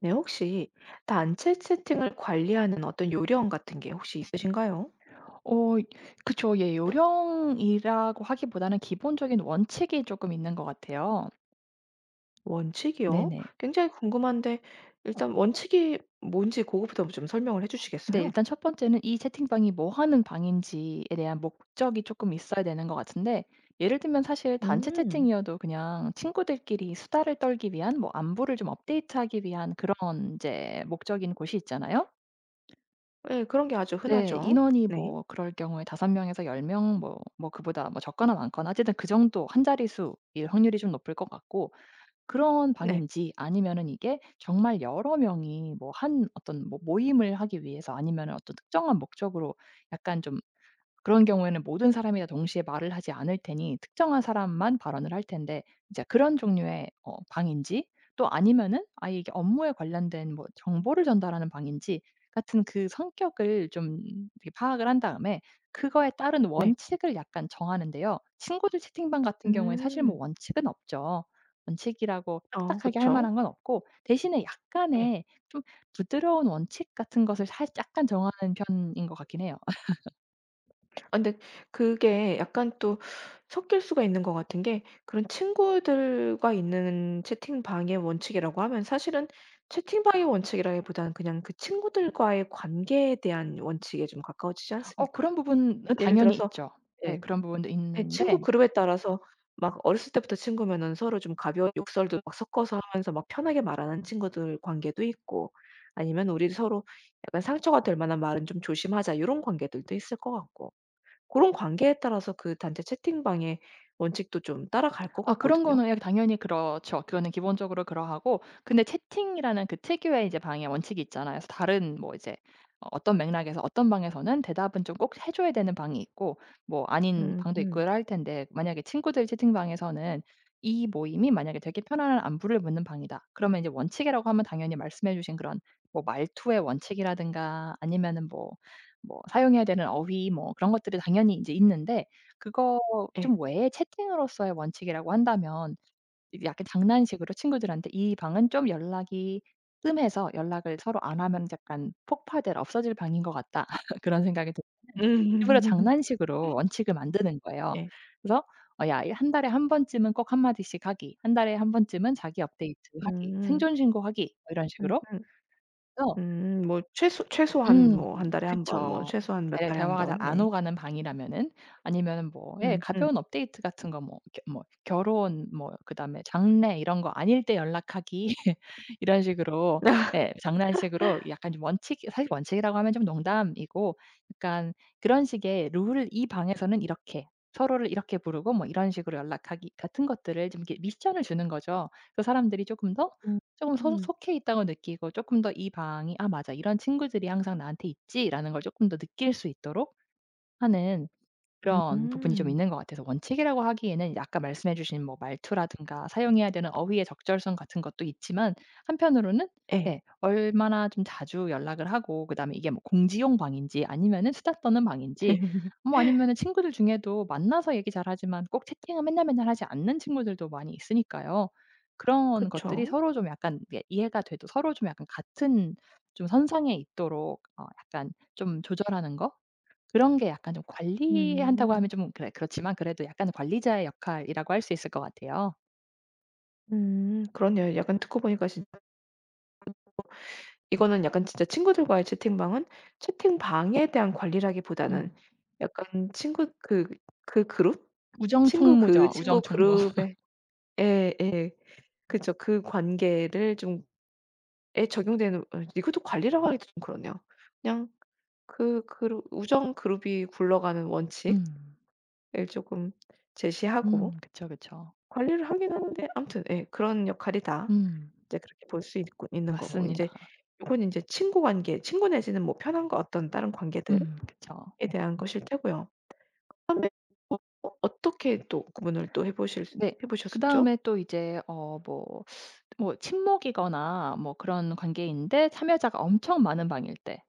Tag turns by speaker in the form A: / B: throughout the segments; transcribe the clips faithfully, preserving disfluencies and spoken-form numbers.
A: 네, 혹시 단체 채팅을 관리하는 어떤 요령 같은 게 혹시 있으신가요?
B: 어 그쵸. 예. 요령이라고 하기보다는 기본적인 원칙이 조금 있는 것 같아요.
A: 원칙이요?
B: 네네.
A: 굉장히 궁금한데 일단 원칙이 뭔지 그거부터 좀 설명을 해
B: 근데
A: 주시겠어요?
B: 일단 첫 번째는 이 채팅방이 뭐 하는 방인지에 대한 목적이 조금 있어야 되는 것 같은데, 예를 들면 사실 단체
A: 음.
B: 채팅이어도 그냥 친구들끼리 수다를 떨기 위한, 뭐 안부를 좀 업데이트하기 위한 그런 이제 목적인 곳이 있잖아요.
A: 네, 그런 게 아주
B: 네.
A: 흔하죠.
B: 인원이
A: 네.
B: 뭐 그럴 경우에 다섯 명에서 열 명, 뭐 뭐 그보다 뭐 적거나 많거나 어쨌든 그 정도 한 자릿수일 확률이 좀 높을 것 같고, 그런
A: 네.
B: 방인지 아니면은 이게 정말 여러 명이 뭐 한 어떤 뭐 모임을 하기 위해서, 아니면은 어떤 특정한 목적으로 약간 좀, 그런 경우에는 모든 사람이 다 동시에 말을 하지 않을 테니 특정한 사람만 발언을 할 텐데 이제 그런 종류의 어 방인지, 또 아니면은 아예 이게 업무에 관련된 뭐 정보를 전달하는 방인지 같은 그 성격을 좀 이렇게 파악을 한 다음에 그거에 따른
A: 네.
B: 원칙을 약간 정하는데요. 친구들 채팅방 같은 경우에 사실 뭐
A: 음.
B: 원칙은 없죠. 원칙이라고
A: 어,
B: 딱딱하게 할
A: 그쵸.
B: 만한 건 없고 대신에
A: 예.
B: 약간의 좀 부드러운 원칙 같은 것을 살 약간 정하는 편인 것 같긴 해요.
A: 아 근데 그게 약간 또 섞일 수가 있는 것 같은 게, 그런 친구들과 있는 채팅방의 원칙이라고 하면 사실은 채팅방의 원칙이라기보다는 그냥 그 친구들과의 관계에 대한 원칙에 좀 가까워지지
B: 어
A: 않습니까?
B: 그런 부분은
A: 예를
B: 당연히
A: 들어서,
B: 있죠. 네,
A: 예.
B: 그런 부분도
A: 예, 친구
B: 있는데.
A: 그룹에 따라서 막 어렸을 때부터 친구면은 서로 좀 가벼운 욕설도 막 섞어서 하면서 막 편하게 말하는 친구들 관계도 있고, 아니면 우리 서로 약간 상처가 될 만한 말은 좀 조심하자 이런 관계들도 있을 것 같고. 그런 관계에 따라서 그 단체 채팅방의 원칙도 좀 따라갈 것
B: 아, 그런
A: 같거든요.
B: 거는 예 당연히 그렇죠. 그거는 기본적으로 그러하고, 근데 채팅이라는 그 특유의 이제 방해 원칙이 있잖아요. 그래서 다른 뭐 이제 어 어떤 맥락에서, 어떤 방에서는 대답은 좀 꼭 해 줘야 되는 방이 있고 뭐 아닌 방도 있고
A: 음음.
B: 할 텐데, 만약에 친구들 채팅방에서는 "이 모임이 만약에 되게 편안한 안부를 묻는 방이다." 그러면 이제 원칙이라고 하면 당연히 말씀해 주신 그런 뭐 말투의 원칙이라든가, 아니면은 뭐 뭐 사용해야 되는 어휘 뭐 그런 것들이 당연히 인제 있는데, 그거
A: 예.
B: 좀 외에 채팅으로서의 원칙이라고 한다면 이게 약간 장난식으로 친구들한테 "이 방은 좀 연락이 뜸해서 연락을 서로 안 하면 약간 폭파될, 없어질 방인 것 같다." 그런 생각이 들어요. 일부러
A: 음.
B: 장난식으로 원칙을 만드는 거예요.
A: 예.
B: 그래서 어 "야, 이 달에 한 번쯤은 꼭 한 마디씩 하기. 한 달에 한 번쯤은 자기 업데이트 하기.
A: 음.
B: 생존 신고 하기." 뭐 이런 식으로.
A: 음음. 음, 뭐 최소 최소한
B: 음
A: 뭐 한 달에 한 번, 뭐
B: 그쵸.
A: 최소한 몇
B: 잘
A: 달에 한
B: 대화가 잘
A: 번.
B: 안
A: 네.
B: 오가는 방이라면은, 아니면은 뭐, 예
A: 음음.
B: 가벼운 업데이트 같은 거, 뭐 이렇게 뭐 결혼 뭐 그다음에 장래 이런 거 아닐 때 연락하기 이런 식으로 예 장난식으로 약간 좀 원칙, 사실 원칙이라고 하면 좀 농담이고, 약간 그런 식의 룰을 이 방에서는 이렇게 서로를 이렇게 부르고 뭐 이런 식으로 연락하기 같은 것들을 좀 이렇게 미션을 주는 거죠. 그래서 사람들이 조금 더,
A: 음
B: 조금 소
A: 음.
B: 속해 있다고 느끼고 조금 더 이 방이 '아 맞아. 이런 친구들이 항상 나한테 있지.'라는 걸 조금 더 느낄 수 있도록 하는 그런 부분이 좀
A: 음.
B: 있는 것 같아서, 원칙이라고 하기에는 아까 말씀해 주신 뭐 말투라든가 사용해야 되는 어휘의 적절성 같은 것도 있지만, 한편으로는
A: 예.
B: 예 얼마나 좀 자주 연락을 하고, 그다음에 이게 뭐 공지용 방인지 아니면은 수다 떠는 방인지, 뭐 아니면은 친구들 중에도 만나서 얘기 잘하지만 꼭 채팅을 맨날 맨날 하지 않는 친구들도 많이 있으니까요. 그런 것들이
A: 그쵸.
B: 서로 좀 약간 이게 이해가 돼도 서로 좀 약간 같은 좀 선상에 있도록 어 약간 좀 조절하는 거, 그런 게 약간 좀 관리한다고
A: 음.
B: 하면 좀 그래 그렇지만 그래도 약간 관리자의 역할이라고 할 수 있을 것 같아요.
A: 음, 그러네요. 약간 듣고 보니까 진 이거는 약간 진짜 친구들과의 채팅방은 채팅방에 대한 관리라기보다는
B: 음.
A: 약간 친구 그 그 그룹? 친구 그
B: 우정총무죠,
A: 친구
B: 우정총무.
A: 그룹에, 예 예. 그쵸. 그 관계를 좀에 적용되는, 어, 이것도 관리라고 하기도 좀 그러네요. 그냥 그 그룹 우정 그룹이 굴러가는 원칙을
B: 음.
A: 조금
B: 음
A: 제시하고
B: 그쵸, 그쵸.
A: 관리를 하긴 하는데, 아무튼 예 그런 역할이다.
B: 음
A: 이제 그렇게 볼 수 있고 있는 거고, 인제
B: 맞습니다.
A: 요건 인제 친구 관계, 친구 내지는 뭐 편한 거, 어떤 다른 관계들
B: 음 그쵸.
A: 에 대한 것일 테고요. 선배 어 어 어떻게 또 구분을 또 해 보실
B: 네.
A: 해 보셨었죠?
B: 그다음에 또 이제 어 뭐 뭐 친목이거나 뭐 그런 관계인데 참여자가 엄청 많은 방일 때,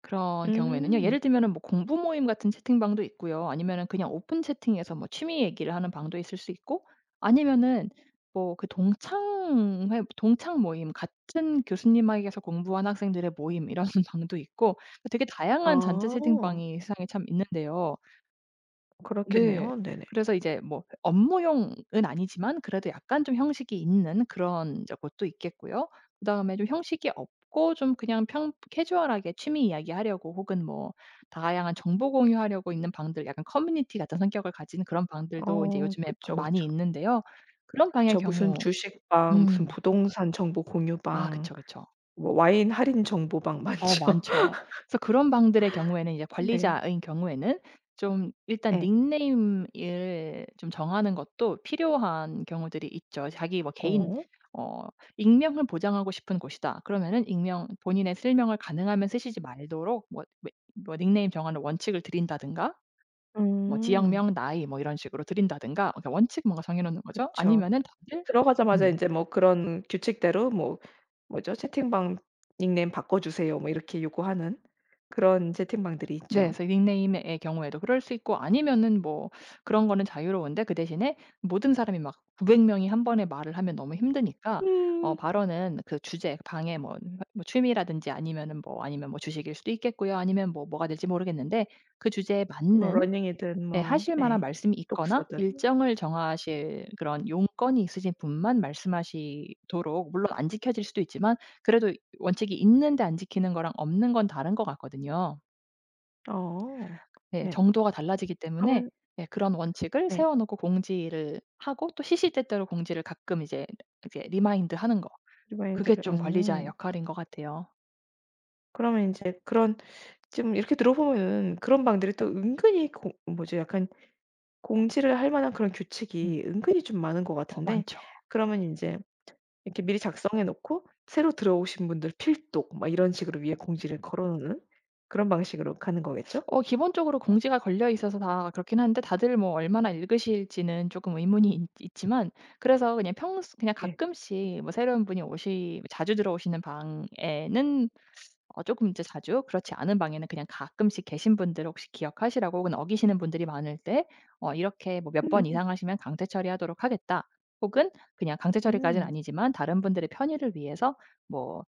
B: 그런 경우에는요. 예를
A: 음.
B: 들면은 뭐 공부 모임 같은 채팅방도 있고요. 아니면은 그냥 오픈 채팅에서 뭐 취미 얘기를 하는 방도 있을 수 있고, 아니면은 뭐 그 동창회, 동창 모임 같은 교수님에게서 공부한 학생들의 모임 이런 방도 있고, 되게
A: 아
B: 다양한 잔체 채팅방이 세상에 참 있는데요. 네.
A: 그렇겠네요. 네네.
B: 그래서 이제 뭐 업무용은 아니지만 그래도 약간 좀 형식이 있는 그런 이제 곳도 있겠고요. 그다음에 좀 형식이 없고 좀 그냥 평 캐주얼하게 취미 이야기하려고, 혹은 뭐 다양한 정보 공유하려고 있는 방들, 약간 커뮤니티 같은 성격을 가진 그런 방들도 이제
A: 어
B: 요즘에
A: 그쵸,
B: 많이
A: 그쵸,
B: 있는데요. 그런 방의
A: 그쵸. 무슨
B: 경우,
A: 주식방, 무슨
B: 음.
A: 부동산 정보
B: 아
A: 공유방,
B: 그쵸, 그쵸.
A: 뭐 와인 할인 정보방
B: 어
A: 많죠.
B: 많죠. 그래서 그런 방들의 경우에는 이제
A: 네.
B: 관리자인 경우에는 좀 일단
A: 예.
B: 닉네임을 좀 정하는 것도 필요한 경우들이 있죠. 자기 뭐 개인
A: 어.
B: 어 익명을 보장하고 싶은 곳이다. 그러면은 익명, 본인의 실명을 가능하면 쓰시지 말도록, 뭐 뭐 뭐 닉네임 정하는 원칙을 드린다든가, 뭐
A: 음.
B: 지역명, 나이 뭐 이런 식으로 드린다든가, 그러니까 원칙 뭔가 정해 놓는 거죠.
A: 그쵸.
B: 아니면은 다들,
A: 들어가자마자
B: 음.
A: 인제 뭐 그런 규칙대로, 뭐 뭐죠? 채팅방 "닉네임 바꿔 주세요." 뭐 이렇게 요구하는 그런 채팅방들이
B: 네.
A: 있죠.
B: 그래서 닉네임의 경우에도 그럴 수 있고, 아니면은 뭐 그런 거는 자유로운데 그 대신에 모든 사람이 막 구백 명이 한 번에 말을 하면 너무 힘드니까 어
A: 음.
B: 발언은 그 주제 방에 뭐 뭐 취미라든지, 아니면은 뭐 아니면 뭐 주식일 수도 있겠고요. 아니면 뭐 뭐가 될지 모르겠는데 그 주제에
A: 뭐
B: 맞는,
A: 러닝이든
B: 예
A: 뭐,
B: 하실 만한
A: 네.
B: 말씀이 있거나
A: 독서든.
B: 일정을 정하실 그런 용건이 있으신 분만 말씀하시도록. 물론 안 지켜질 수도 있지만 그래도 원칙이 있는데 안 지키는 거랑 없는 건 다른 것 같거든요.
A: 어.
B: 예,
A: 네.
B: 정도가 달라지기 때문에.
A: 그러면,
B: 예 그런 원칙을
A: 네.
B: 세워 놓고 공지를 하고 또 시시때때로 공지를 가끔 이제 이제 리마인드하는 거.
A: 리마인들
B: 그게
A: 를 어.
B: 좀 관리자의 역할인 것 같아요.
A: 그러면 인제 그런, 지금 이렇게 들어보면은 그런 방들이 또 은근히 공 뭐지 약간 공지를 할 만한 그런
B: 음.
A: 규칙이 은근히 좀 많은 것
B: 어
A: 같은데,
B: 많죠.
A: 그러면 인제 이렇게 미리 작성해 놓고 새로 들어오신 분들 필독 막 이런 식으로 위에 공지를 걸어 놓는 그런 방식으로 가는 거겠죠?
B: 어 기본적으로 공지가 걸려 있어서 다 그렇긴 한데 다들 뭐 얼마나 읽으실지는 조금 의문이 있 있지만, 그래서 그냥 평소 그냥
A: 예.
B: 가끔씩 뭐 새로운 분이 오시 자주 들어오시는 방에는 어 조금 이제 자주, 그렇지 않은 방에는 그냥 가끔씩 계신 분들 혹시 기억하시라고, 혹은 어기시는 분들이 많을 때 어 "이렇게 뭐 몇 번 이상 하시면 강제 처리하도록 하겠다." 혹은 그냥 강제 처리까지는
A: 음.
B: 아니지만 "다른 분들의 편의를 위해서 뭐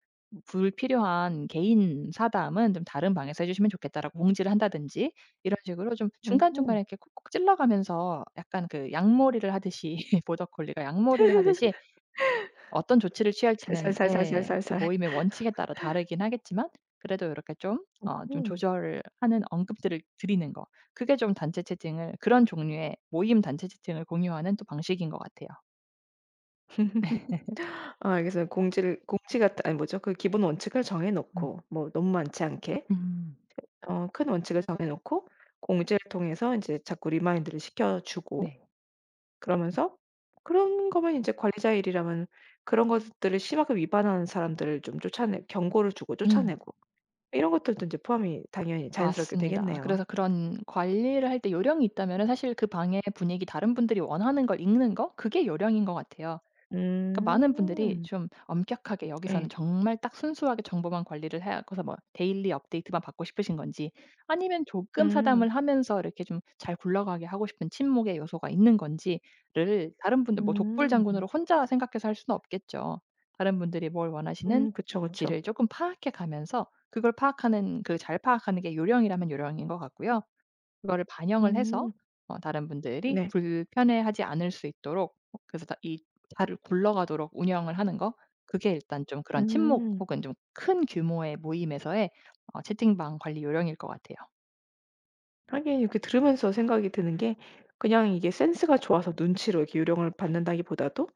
B: 불필요한 개인 사담은 좀 다른 방에서 해 주시면 좋겠다."라고 공지를 한다든지, 이런 식으로 좀 중간중간에
A: 음음.
B: 이렇게 콕콕 찔러 가면서, 약간 그 양몰이를 하듯이 보더콜리가 양몰이를 하듯이 어떤 조치를 취할지는, 예. 그
A: 살살살살살살살.
B: 모임의 원칙에 따라 다르긴 하겠지만, 그래도 이렇게 좀
A: 음.
B: 어 좀 조절을 하는 언급들을 드리는 거. 그게 좀 단체 채팅을, 그런 종류의 모임 단체 채팅을 공유하는 또 방식인 것 같아요.
A: 아 알겠어요. 공지를 공지 같은 아니 뭐죠? 그 기본 원칙을 정해
B: 음.
A: 놓고 뭐 너무 많지 않게,
B: 음.
A: 어, 큰 원칙을 정해 놓고 공지를 통해서 인제 자꾸 리마인드를 시켜 주고,
B: 네.
A: 그러면서 그런 거면 인제 관리자 일이라면 그런 것들을 심하게 위반하는 사람들을 좀 쫓아내 경고를 주고
B: 음.
A: 쫓아내고 이런 것들도 인제 포함이 당연히 자연스럽게
B: 맞습니다.
A: 되겠네요.
B: 그래서 그런 관리를 할 때 요령이 있다면은, 사실 그 방의 분위기, 다른 분들이 원하는 걸 읽는 거, 그게 요령인 것 같아요. 그러니까 많은 분들이
A: 음.
B: 좀 엄격하게 여기서는
A: 예.
B: 정말 딱 순수하게 정보만 관리를 해고서 뭐 데일리 업데이트만 받고 싶으신 건지, 아니면 조금 사담을
A: 음.
B: 하면서 이렇게 좀 잘 굴러가게 하고 싶은 침묵의 요소가 있는 건지를, 다른 분들 뭐
A: 음.
B: 독불장군으로 혼자 생각해서 할 수는 없겠죠. 다른 분들이 뭘
A: 음 그쵸, 그쵸.
B: 원하시는지를 조금 파악해 가면서, 그걸 파악하는, 그 잘 파악하는 게 요령이라면 요령인 것 같고요. 그거를 반영을 해서
A: 음.
B: 어 다른 분들이
A: 네.
B: 불편해하지 않을 수 있도록, 어 그래서 다 이 자를 굴러가도록 운영을 하는 거. 그게 일단 좀 그런 친목
A: 음.
B: 혹은 좀 큰 규모의 모임에서의 어 채팅방 관리 요령일 것 같아요.
A: 하긴 이렇게 들으면서 생각이 드는 게, 그냥 이게 센스가 좋아서 눈치로 이렇게 요령을 받는다기보다도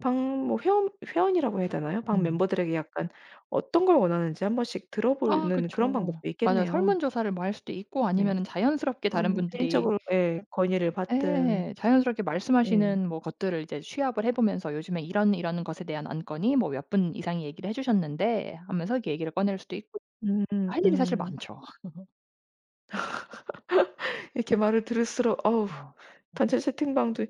A: 방 뭐 회원 회원이라고 해야 되나요? 방
B: 음.
A: 멤버들에게 약간 어떤 걸 원하는지 한 번씩
B: 아
A: 들어보는 그런 방법도
B: 그쵸. 맞아요.
A: 있겠네요.
B: 설문조사를 뭐 할 수도 있고,
A: 네.
B: 아니면은 자연스럽게 다른
A: 아니면
B: 분들이,
A: 개인적으로 예 건의를 받든.
B: 예. 자연스럽게
A: 예.
B: 말씀하시는 뭐 것들을 이제 취합을 해 보면서 "요즘에 이런 이런 것에 대한 안건이 뭐 몇 분 이상이 얘기를 해 주셨는데." 하면서 이렇게 얘기를 꺼낼 수도 있고,
A: 음
B: 할 일이 사실
A: 음.
B: 많죠.
A: 이렇게 말을 들을수록 어우
B: 어.
A: 단체 채팅방도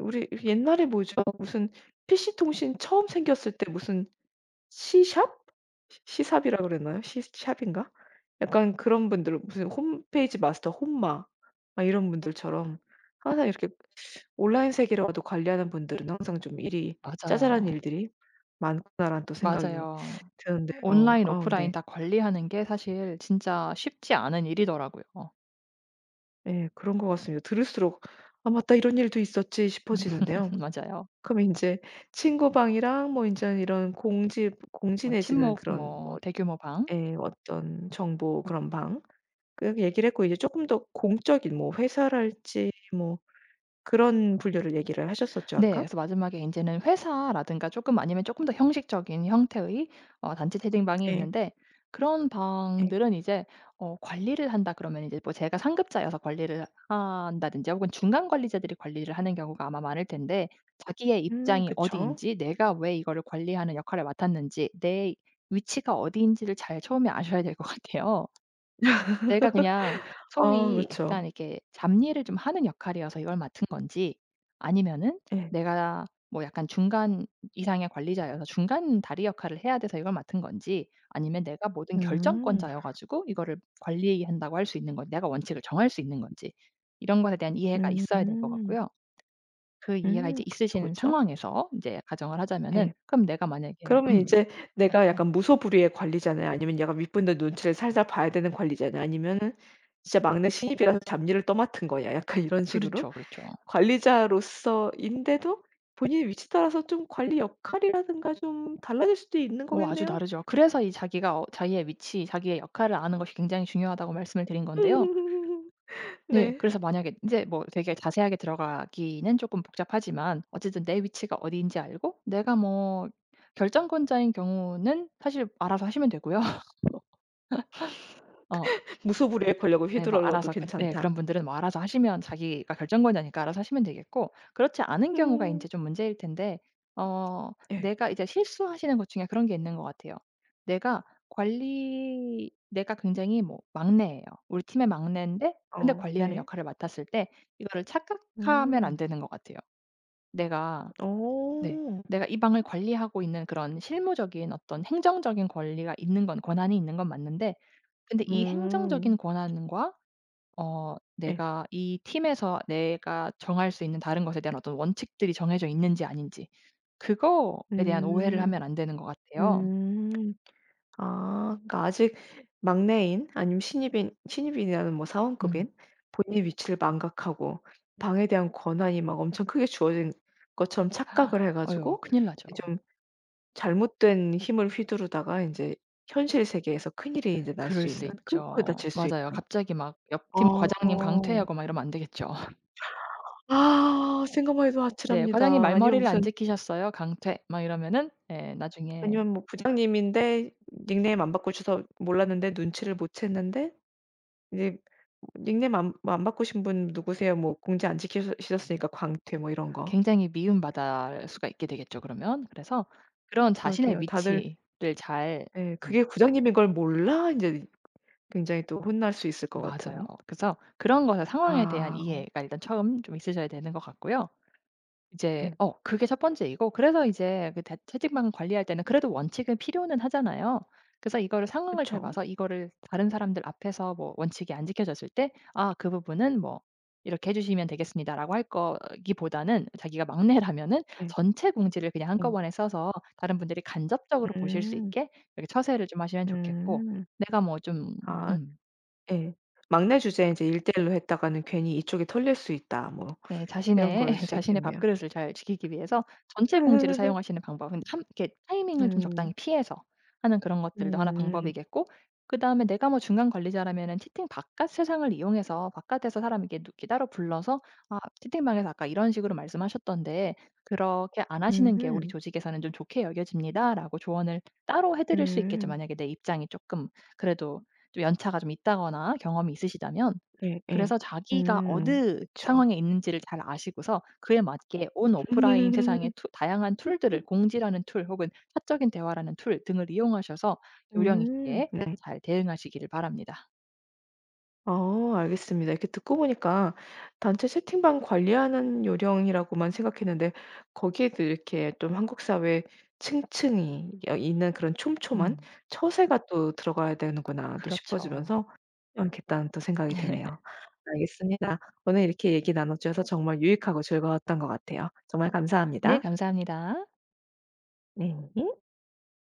A: 우리 옛날에 뭐죠? 무슨 피시통신 처음 생겼을 때 무슨 시샵? 시 시삽이라 그랬나요? 시샵인가? 약간 그런 분들 무슨 홈페이지 마스터 홈마 막 이런 분들처럼 항상 이렇게 온라인 세계라도 관리하는 분들은 항상 좀 일이 짜잘한
B: 맞아요.
A: 일들이 많구나라는 또 생각이
B: 맞아요.
A: 드는데요.
B: 온라인,
A: 아
B: 오프라인
A: 네.
B: 다 관리하는 게 사실 진짜 쉽지 않은 일이더라고요.
A: 예 그런 것 같습니다. 들을수록 '아 맞다. 이런 일도 있었지.' 싶어지는데요.
B: 맞아요.
A: 그럼 인제 친구 방이랑 뭐 인제 이런 공지 공지
B: 뭐
A: 내지는
B: 친목
A: 그런 뭐,
B: 뭐 대규모 방.
A: 예 어떤 정보 그런 방, 그렇게 얘기를 했고 이제 쪼끔 더 공적인 뭐 회사랄지 뭐 그런 분류를 얘기를 하셨었죠
B: 네.
A: 아까?
B: 그래서 마지막에 이제는 회사라든가 조금, 아니면 조금 더 형식적인 형태의 어 단체 채팅방이
A: 예.
B: 있는데, 그런
A: 예.
B: 방들은 이제 어 관리를 한다 그러면 이제 뭐 제가 상급자여서 관리를 한다든지, 혹은 중간 관리자들이 관리를 하는 경우가 아마 많을 텐데, 자기의
A: 음
B: 입장이
A: 그쵸.
B: 어디인지, 내가 왜 이거를 관리하는 역할을 맡았는지, 내 위치가 어디인지를 잘 처음에 아셔야 될 것 같아요. 내가 그냥
A: 아
B: 소위 약간
A: 그쵸.
B: 이렇게 잡일을 좀 하는 역할이어서 이걸 맡은 건지, 아니면은
A: 예.
B: 내가 뭐 약간 중간 이상의 관리자여서 중간 다리 역할을 해야 돼서 이걸 맡은 건지, 아니면 내가 모든
A: 음.
B: 결정권자여 가지고 이거를 관리한다고 할 수 있는 건지, 내가 원칙을 정할 수 있는 건지, 이런 것에 대한 이해가 있어야 될 것
A: 음.
B: 같고요. 그 이해가
A: 음.
B: 이제
A: 그쵸,
B: 있으신
A: 그쵸.
B: 상황에서 이제 가정을 하자면은,
A: 예.
B: 그럼 내가 만약에
A: 그러면
B: 음.
A: 이제 내가 약간 무소불위의 관리자냐, 아니면 약간 윗분들 눈치를 살살 봐야 되는 관리자냐, 아니면은 진짜 막내 신입이라서 잡일을 떠맡은 거냐, 약간 이런 식으로
B: 그렇죠, 그렇죠.
A: 관리자로서인데도 본인의 위치에 따라서 좀 관리 역할이라든가 좀 달라질 수도 있는
B: 어 아주
A: 거겠네요?
B: 다르죠. 그래서 이 자기가 어 자기의 위치, 자기의 역할을 아는 것이 굉장히 중요하다고 말씀을 드린 건데요. 네.
A: 네.
B: 그래서 만약에 이제 뭐 되게 자세하게 들어가기는 조금 복잡하지만, 어쨌든 내 위치가 어디인지 알고 내가 뭐 결정권자인 경우는 사실 알아서 하시면 되고요. 어.
A: 무소불위의 권력을
B: 네. 뭐
A: 휘두르러도
B: 알아서 그 네 그런
A: 괜찮다.
B: 분들은 뭐 알아서 하시면, 자기가 결정권자니까 알아서 하시면 되겠고, 그렇지 않은 경우가 이
A: 음.
B: 제 좀 문제일 텐데, 어
A: 예.
B: 내가 이제 실수하시는 것 중에 그런 게 있는 것 같아요. 내가 관리, 내가 굉장히 뭐 막내예요. 우리 팀의 막내인데 근데
A: 어
B: 관리하는
A: 네.
B: 역할을 맡았을 때, 이거를 착각하면 안
A: 음.
B: 되는 것 같아요. 내가, 네.
A: 어.
B: 내가 이 방을 관리하고 있는 그런 실무적인 어떤 행정적인 권리가 있는 건, 권한이 있는 건 맞는데, 근데 이 행정적인
A: 음.
B: 권한과 어
A: 예.
B: 내가 이 팀에서 내가 정할 수 있는 다른 것에 대한 어떤 원칙들이 정해져 있는지 아닌지, 그거에 대한 오해를
A: 음.
B: 하면 안 되는 것 같아요.
A: 음. 아 그러니까 아직 막내인, 아니면 신입인 신입인이라는 뭐
B: 음.
A: 사원급인 본인 위치를 망각하고 방에 대한 권한이 막 엄청 크게 주어진 것처럼 착각을 해
B: 어휴
A: 가지고
B: 큰일 나죠.
A: 좀 잘못된 힘을 휘두르다가 인제 현실 세계에서 큰일이 인제 날
B: 그럴
A: 수
B: 수
A: 있는, 큰 거에
B: 있죠.
A: 다칠 수
B: 맞아요.
A: 있는.
B: 갑자기 막 옆 팀 과장님
A: 어.
B: 강퇴하고 막 이러면 안 되겠죠.
A: 아 생각만 해도
B: 네. "과장님
A: 아찔합니다. 아니면
B: 말머리를 안
A: 무슨
B: 지키셨어요. 강퇴." 막 이러면은 예 나중에
A: 아니면 뭐 부장님인데 닉네임 안 바꾸셔서 몰랐는데 눈치를 못 챘는데 이제 닉네임 안 뭐 "안 바꾸신 분 누구세요?" 뭐 "공지 안 지키셔 셨으니까 광퇴." 뭐 이런 거.
B: 굉장히 미움받을 수가 있게 되겠죠 그러면. 그래서 그런 자신의
A: 그러게요. 다들,
B: 위치를 잘,
A: 예 그게 부장님인 걸 몰라 인제 굉장히 또 혼날 수 있을 것
B: 맞아요.
A: 같은.
B: 그래서 그런 것의 상황에 대한
A: 아
B: 이해가 일단 처음 좀 있으셔야 되는 것 같고요. 이제
A: 예.
B: 어 그게 첫 번째이고, 그래서 이제 그 대 채팅방 관리할 때는 그래도 원칙은 필요는 하잖아요. 그래서 이거를 상황을 잘
A: 그쵸.
B: 봐서, 이거를 다른 사람들 앞에서 뭐 원칙이 안 지켜졌을 때 '아 그 부분은 뭐 이렇게 해 주시면 되겠습니다.'라고 할 거기보다는 자기가 막내라면은
A: 예.
B: 전체 공지를 그냥
A: 예.
B: 한꺼번에 써서 다른 분들이 간접적으로 보실 수
A: 음.
B: 있게 이렇게 처세를 좀 하시면 좋겠고.
A: 음.
B: 내가 뭐 좀,
A: 아
B: 음.
A: 예. 막내 주제에 인제 일 대일로 했다가는 괜히 '이쪽이 털릴 수 있다.' 뭐
B: 네.
A: 이런
B: 자신의
A: 거일 수
B: 자신의
A: 있겠네요.
B: 밥그릇을 잘 지키기 위해서 전체 공지를 사용하시는 방법은 참 이렇게 타이밍을 좀 적당히
A: 음.
B: 피해서 하는, 그런 것들도 하나
A: 음.
B: 방법이겠고, 그다음에 내가 뭐 중간 관리자라면은 채팅 바깥 세상을 이용해서, 바깥에서 사람에게 누이 따로 불러서 "아 채팅방에서 아까 이런 식으로 말씀하셨던데, 그렇게 안 하시는 게 우리
A: 음음.
B: 조직에서는 좀 좋게 여겨집니다."라고 조언을 따로 해 드릴 수 있겠죠.
A: 음.
B: 만약에 내 입장이 조금 그래도 좀 연차가 좀 있다거나 경험이 있으시다면.
A: 예예.
B: 그래서 자기가
A: 음.
B: 어느
A: 그쵸.
B: 상황에 있는지를 잘 아시고서 그에 맞게 온 오프라인 세상의 투 다양한 툴들을, 공지라는 툴 혹은 사적인 대화라는 툴 등을 이용하셔서 요령
A: 음.
B: 있게
A: 네.
B: 잘 대응하시기를 바랍니다.
A: 어 알겠습니다. 이렇게 듣고 보니까 단체 채팅방 관리하는 요령이라고만 생각했는데 거기에도 이렇게 좀 한국 사회 층층이 여 있는 그런 촘촘한
B: 음.
A: 처세가 또 들어가야 되는구나 또
B: 그렇죠.
A: 싶어지면서 않겠다는 또 생각이 드네요. 알겠습니다. 오늘 이렇게 얘기 나눠 주셔서 정말 유익하고 즐거웠던 것 같아요. 정말
B: 네,
A: 감사합니다.
B: 감사합니다.
A: 네.